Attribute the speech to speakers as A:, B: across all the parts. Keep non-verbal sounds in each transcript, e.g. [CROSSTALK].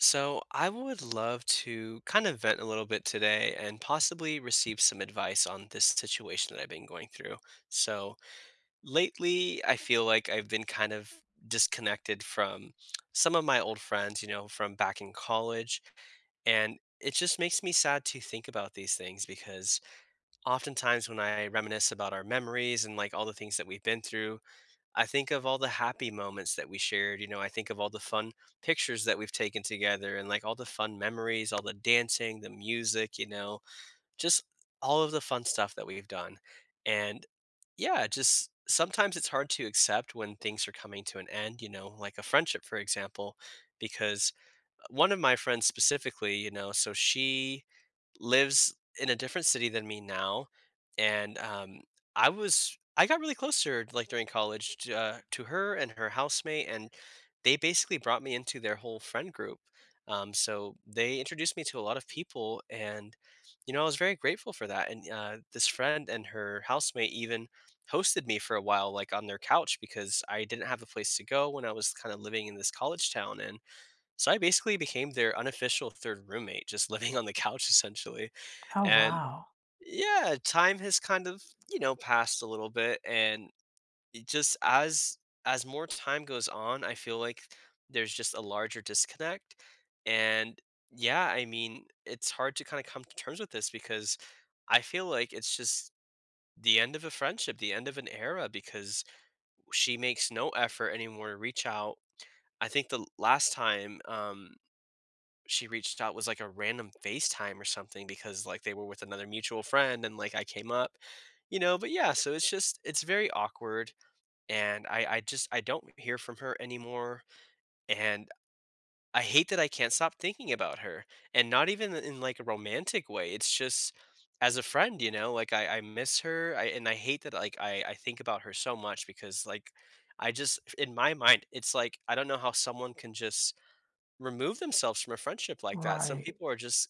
A: So, I would love to kind of vent a little bit today and possibly receive some advice on this situation that I've been going through. So, lately, I feel like I've been kind of disconnected from some of my old friends, you know, from back in college. And it just makes me sad to think about these things because oftentimes when I reminisce about our memories and like all the things that we've been through, I think of all the happy moments that we shared, you know, I think of all the fun pictures that we've taken together and like all the fun memories, all the dancing, the music, you know, just all of the fun stuff that we've done. And yeah, just sometimes it's hard to accept when things are coming to an end, you know, like a friendship, for example, because one of my friends specifically, you know, so she lives in a different city than me now, and, I got really close to her, like, during college to her and her housemate, and they basically brought me into their whole friend group. So they introduced me to a lot of people, and, you know, I was very grateful for that, and, this friend and her housemate even hosted me for a while, like, on their couch because I didn't have a place to go when I was kinda living in this college town, and so I basically became their unofficial third roommate, just living on the couch essentially.
B: Oh,
A: And
B: wow.
A: yeah, time has kind of, you know, passed a little bit and it just as more time goes on, I feel like there's just a larger disconnect. And yeah, I mean, it's hard to kind of come to terms with this because I feel like it's just the end of a friendship, the end of an era because she makes no effort anymore to reach out. I think the last time she reached out was like a random FaceTime or something because like they were with another mutual friend and like I came up, you know, but yeah, so it's very awkward and I don't hear from her anymore and I hate that I can't stop thinking about her and not even in like a romantic way. It's just as a friend, you know, like I miss her and I hate that like I think about her so much because like I just in my mind it's like I don't know how someone can just remove themselves from a friendship like that. Some
B: Right.
A: people are just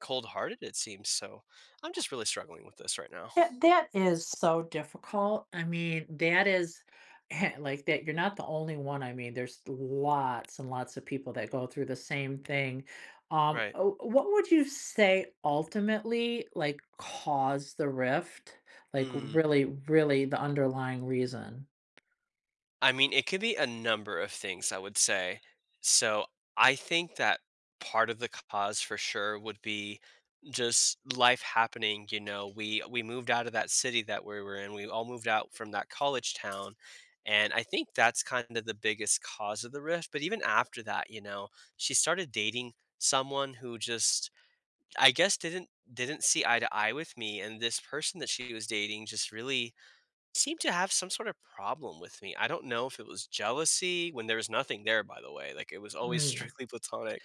A: cold-hearted, it seems, so I'm just really struggling with this right now.
B: That is so difficult. I mean, that is [LAUGHS] like that you're not the only one. I mean, there's lots and lots of people that go through the same thing.
A: Right.
B: Oh, what would you say ultimately like caused the rift? Like
A: Mm.
B: really, really the underlying reason?
A: I mean, it could be a number of things, I would say. So, I think that part of the cause for sure would be just life happening, you know, we moved out of that city that we were in. We all moved out from that college town, and I think that's kind of the biggest cause of the rift, but even after that, you know, she started dating someone who just I guess didn't see eye to eye with me and this person that she was dating just really seemed to have some sort of problem with me. I don't know if it was jealousy when there was nothing there by the way. Like it was always [LAUGHS]
B: Mm.
A: strictly platonic.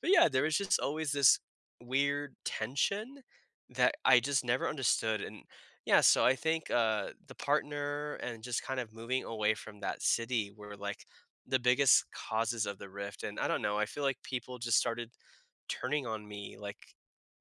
A: But yeah, there was just always this weird tension that I just never understood and yeah, so I think the partner and just kind of moving away from that city were like the biggest causes of the rift and I don't know, I feel like people just started turning on me, like,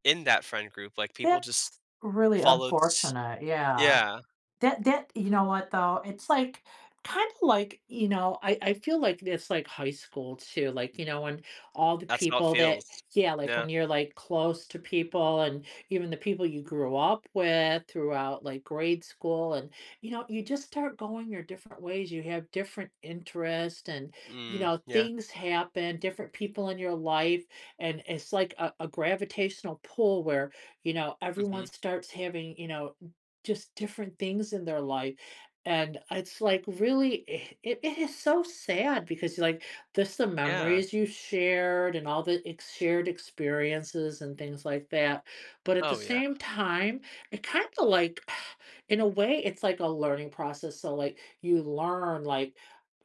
A: in that friend group, like, people just
B: That's really
A: followed s
B: unfortunate. Yeah.
A: Yeah,
B: That that you know what, though? It's kinda like I feel like it's like high school too, like, you know, when all the
A: that's how it
B: people that
A: feels.
B: yeah, like,
A: Yeah.
B: when you're, like, close to people and even the people you grew up with throughout, like, grade school and, you know, you just start going your different ways, you have different interests and, you
A: Mm,
B: know,
A: yeah,
B: things happen, different people in your life, and it's like a gravitational pull where, you know, everyone
A: mhm.
B: starts having, you know, just different things in their life. And it's like really, it it is so sad because like this, the
A: Yeah.
B: memories you shared and all the shared experiences and things like that. But at the
A: Oh, yeah.
B: same time, it kind of like, [SIGHS] in a way, it's like a learning process. So like you learn like,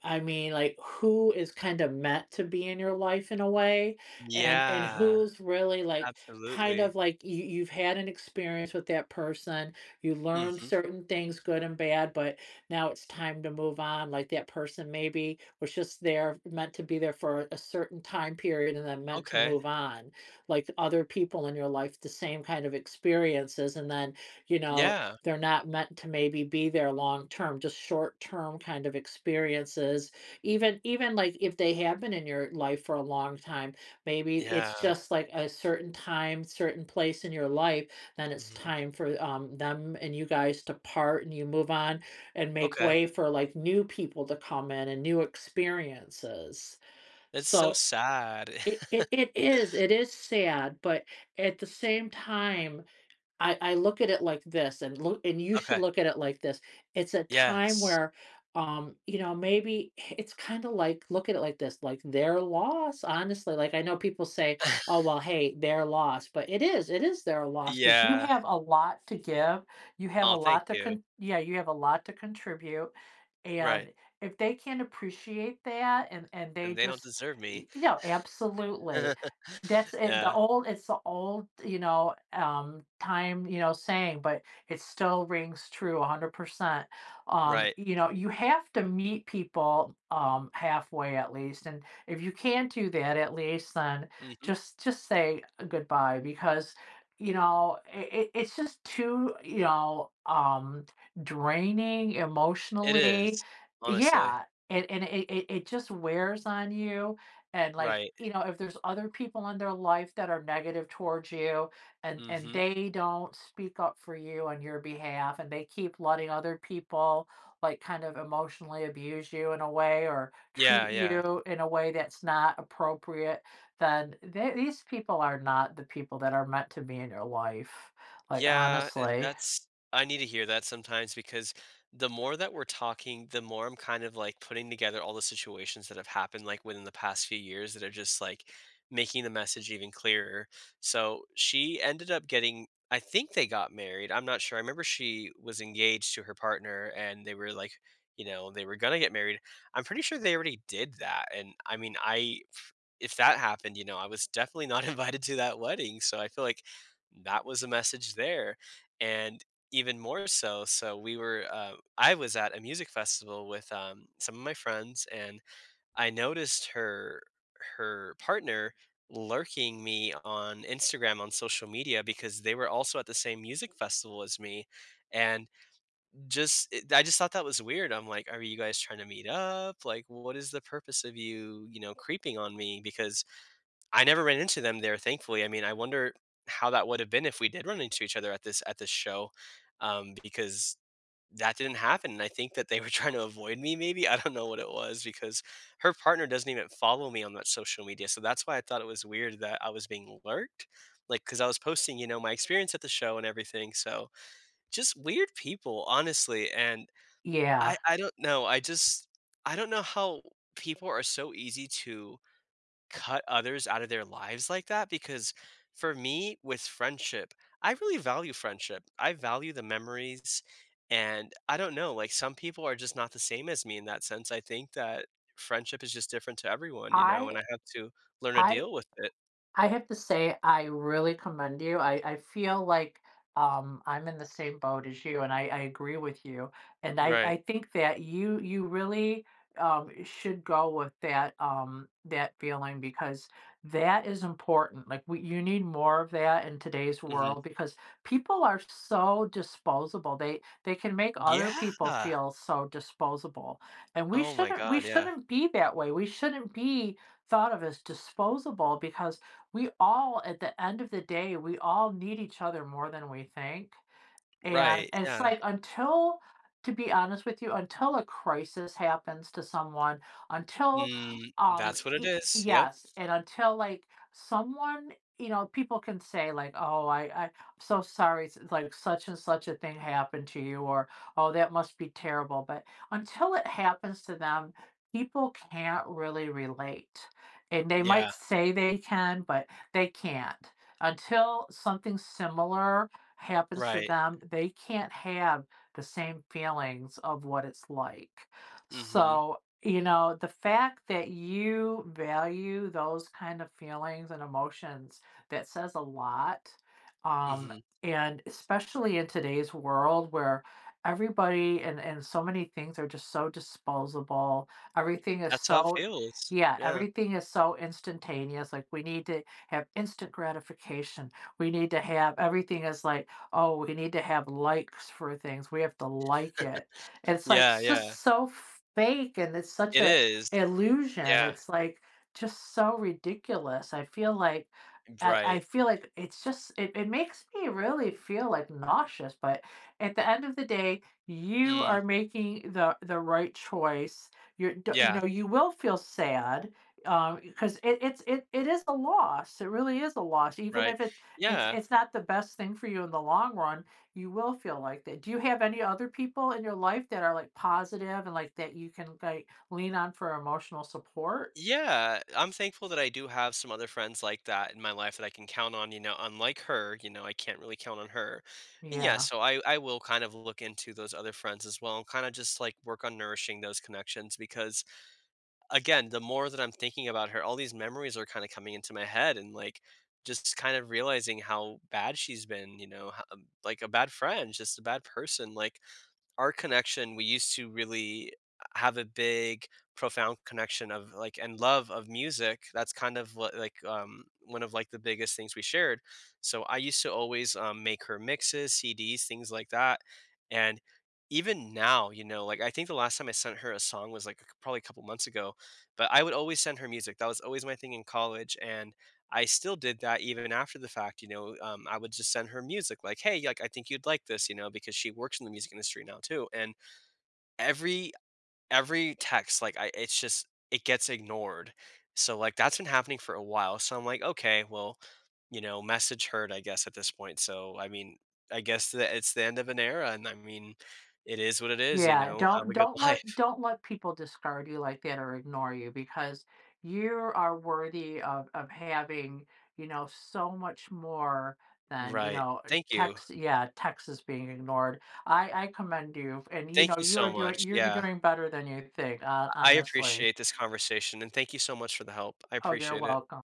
B: I mean, like who is kind of meant to be in your life in a way, and
A: Yeah,
B: who's really like kind
A: absolutely.
B: of like you, you've had an experience with that person you learned
A: Mhm.
B: certain things, good and bad, but now it's time to move on. Like that person maybe was just there, meant to be there for a certain time period and then meant to
A: Okay.
B: move on. Like other people in your life, the same kind of experiences. And then, you know,
A: Yeah.
B: they're not meant to maybe be there long term, just short term kind of experiences. Even like if they have been in your life for a long time, maybe it's
A: Yeah.
B: just like a certain time, certain place in your life then it's
A: Mhm.
B: time for them and you guys to part and you move on and make
A: Okay.
B: way for like new people to come in and new experiences.
A: It's so
B: So
A: sad.
B: it,
A: [LAUGHS]
B: it, it is, it is sad, but at the same time, I look at it like this, and look, and you should
A: Okay.
B: look at it like this. It's a time
A: Yes.
B: where, you know, maybe it's kind of like look at it like this, like their loss. Honestly, like I know people say,
A: [LAUGHS]
B: "Oh, well, hey, their loss," but it is their loss because you
A: Yeah.
B: have a lot to give. You have a
A: Oh, thank
B: lot to
A: you.
B: con. Yeah, you have a lot to contribute, and
A: Right,
B: if they can not appreciate that, and they
A: and they don't
B: just,
A: deserve me.
B: you know, absolutely that's
A: [LAUGHS]
B: it, the
A: Yeah,
B: old it's the old, you know, time, you know, saying, but it still rings true 100%.
A: right.
B: You know, you have to meet people, halfway at least, and if you can't do that at least, then
A: Mhm.
B: just say goodbye because, you know, it's just too, you know, draining
A: It
B: emotionally.
A: is, honestly.
B: Yeah, and it just wears on you. And like,
A: Right.
B: you know, if there's other people in their life that are negative towards you and
A: Mhm.
B: they don't speak up for you on your behalf and they keep letting other people like kind of emotionally abuse you in a way or
A: Yeah,
B: treat
A: yeah.
B: you in a way that's not appropriate, then they, these people are not the people that are meant to be in your life. Like
A: Yeah, and
B: honestly,
A: that's I need to hear that sometimes because the more that we're talking, the more I'm kind of like putting together all the situations that have happened like within the past few years that are just like making the message even clearer. So she ended up getting I think they got married. I'm not sure. I remember she was engaged to her partner and they were like, you know, they were going to get married. I'm pretty sure they already did that. And I mean, I if that happened, you know, I was definitely not [LAUGHS] invited to that wedding. So I feel like that was a message there and even more so, so we were I was at a music festival with some of my friends and I noticed her partner lurking me on Instagram on social media because they were also at the same music festival as me and just I just thought that was weird, I'm like, are you guys trying to meet up, like, what is the purpose of you you know creeping on me, because I never ran into them there, thankfully. I mean, I wonder how that would have been if we did run into each other at this show, because that didn't happen, and I think that they were [LAUGHS] trying to avoid me maybe, I don't know what it was because her partner doesn't even follow me on that social media, so that's why I thought it was weird that I was being lurked, like because I was posting, you know, my experience at the show and everything, so just weird people, honestly, and
B: yeah.
A: I don't know, I don't know how people are so easy to cut others out of their lives like that because for me with friendship I really value friendship I value the memories and I don't know like some people are just not the same as me in that sense I think that friendship is just different to everyone, you know,
B: I
A: and I have to learn to
B: I
A: deal with it.
B: I have to say I really commend you. I feel like, I'm in the same boat as you, and I agree with you, and I
A: Right.
B: I think that you really, should go with that, that feeling because that is important, like, we you need more of that in today's
A: Hmm.
B: world because people are so disposable, they can make other
A: Yeah.
B: people feel so disposable, and we
A: Oh my
B: shouldn't we
A: god, yeah.
B: shouldn't be that way, we shouldn't be thought of as disposable because we all, at the end of the day, we all need each other more than we think. And
A: Right.
B: and it's
A: Yeah.
B: like until to be honest with you, until a crisis happens to someone, until,
A: mm, that's what it
B: y
A: is. Yep.
B: yes, and until, like, someone you know, people can say, like, "Oh, I'm so sorry, s like, such and such a thing happened to you," or, "Oh, that must be terrible," but until it happens to them, people can't really relate, and they might
A: Yeah.
B: say they can, but they can't. Until something similar happens to
A: Right.
B: them, they can't have the same feelings of what it's like.
A: Mm-hmm.
B: So, you know, the fact that you value those kind of feelings and emotions, that says a lot. Um,
A: Mm-hmm.
B: and especially in today's world where everybody and so many things are just so disposable. Everything is
A: That's how it
B: so,
A: feels.
B: yeah,
A: Yeah,
B: everything is so instantaneous. Like we need to have instant gratification. We need to have everything is like, "Oh, we need to have likes for things, we have to like it." And it's like,
A: yeah,
B: it's just
A: yeah.
B: so fake, and it's such
A: It
B: a
A: is.
B: illusion,
A: Yeah,
B: it's, like, just so ridiculous, I feel like I
A: right.
B: feel like it's just it it makes me really feel, like, nauseous, but at the end of the day, you
A: Mm,
B: are making the right choice, you're d you
A: yeah,
B: know, you will feel sad, because it is a loss, it really is a loss, even
A: right.
B: if it's it's
A: Yeah,
B: it's not the best thing for you in the long run, you will feel like that. Do you have any other people in your life that are, like, positive and, like, that you can, like, lean on for emotional support?
A: yeah, I'm thankful that I do have some other friends like that in my life that I can count on, you know, unlike her, you know, I can't really count on her. And yeah,
B: Yeah.
A: so I will kind of look into those other friends as well and kind of just like work on nourishing those connections because again, the more that I'm thinking about her, all these memories are kind of coming into my head and like just kind of realizing how bad she's been, you know, how, like a bad friend, just a bad person. Like our connection we used to really have a big profound connection of like and love of music, that's kind of what like one of like the biggest things we shared, so I used to always make her mixes, CDs, things like that, and even now you know like I think the last time I sent her a song was like probably a couple months ago but I would always send her music, that was always my thing in college, and I still did that even after the fact, you know, I would just send her music like, "Hey, like, I think you'd like this," you know, because she works in the music industry now too, and every every text, like, I it's just it gets ignored. So, like, that's been happening for a while, so I'm like, "Okay, well, you know, message heard, I guess, at this point." So, I mean, I guess that it's the end of an era, and I mean, it is what it is, you
B: Yeah,
A: know, have
B: don't
A: a good
B: don't
A: [LAUGHS]
B: let
A: life.
B: don't let people discard you like that or ignore you because you are worthy of having, you know, so much more than, you
A: Right.
B: know,
A: Thank you.
B: text yeah, text is being ignored. I commend you, and, you
A: Thank
B: know,
A: you
B: you are
A: so
B: doing
A: much.
B: you're
A: Yeah.
B: doing better than you think,
A: I
B: honestly.
A: appreciate this conversation and thank you so much for the help. I
B: Oh, you're
A: appreciate it.
B: welcome.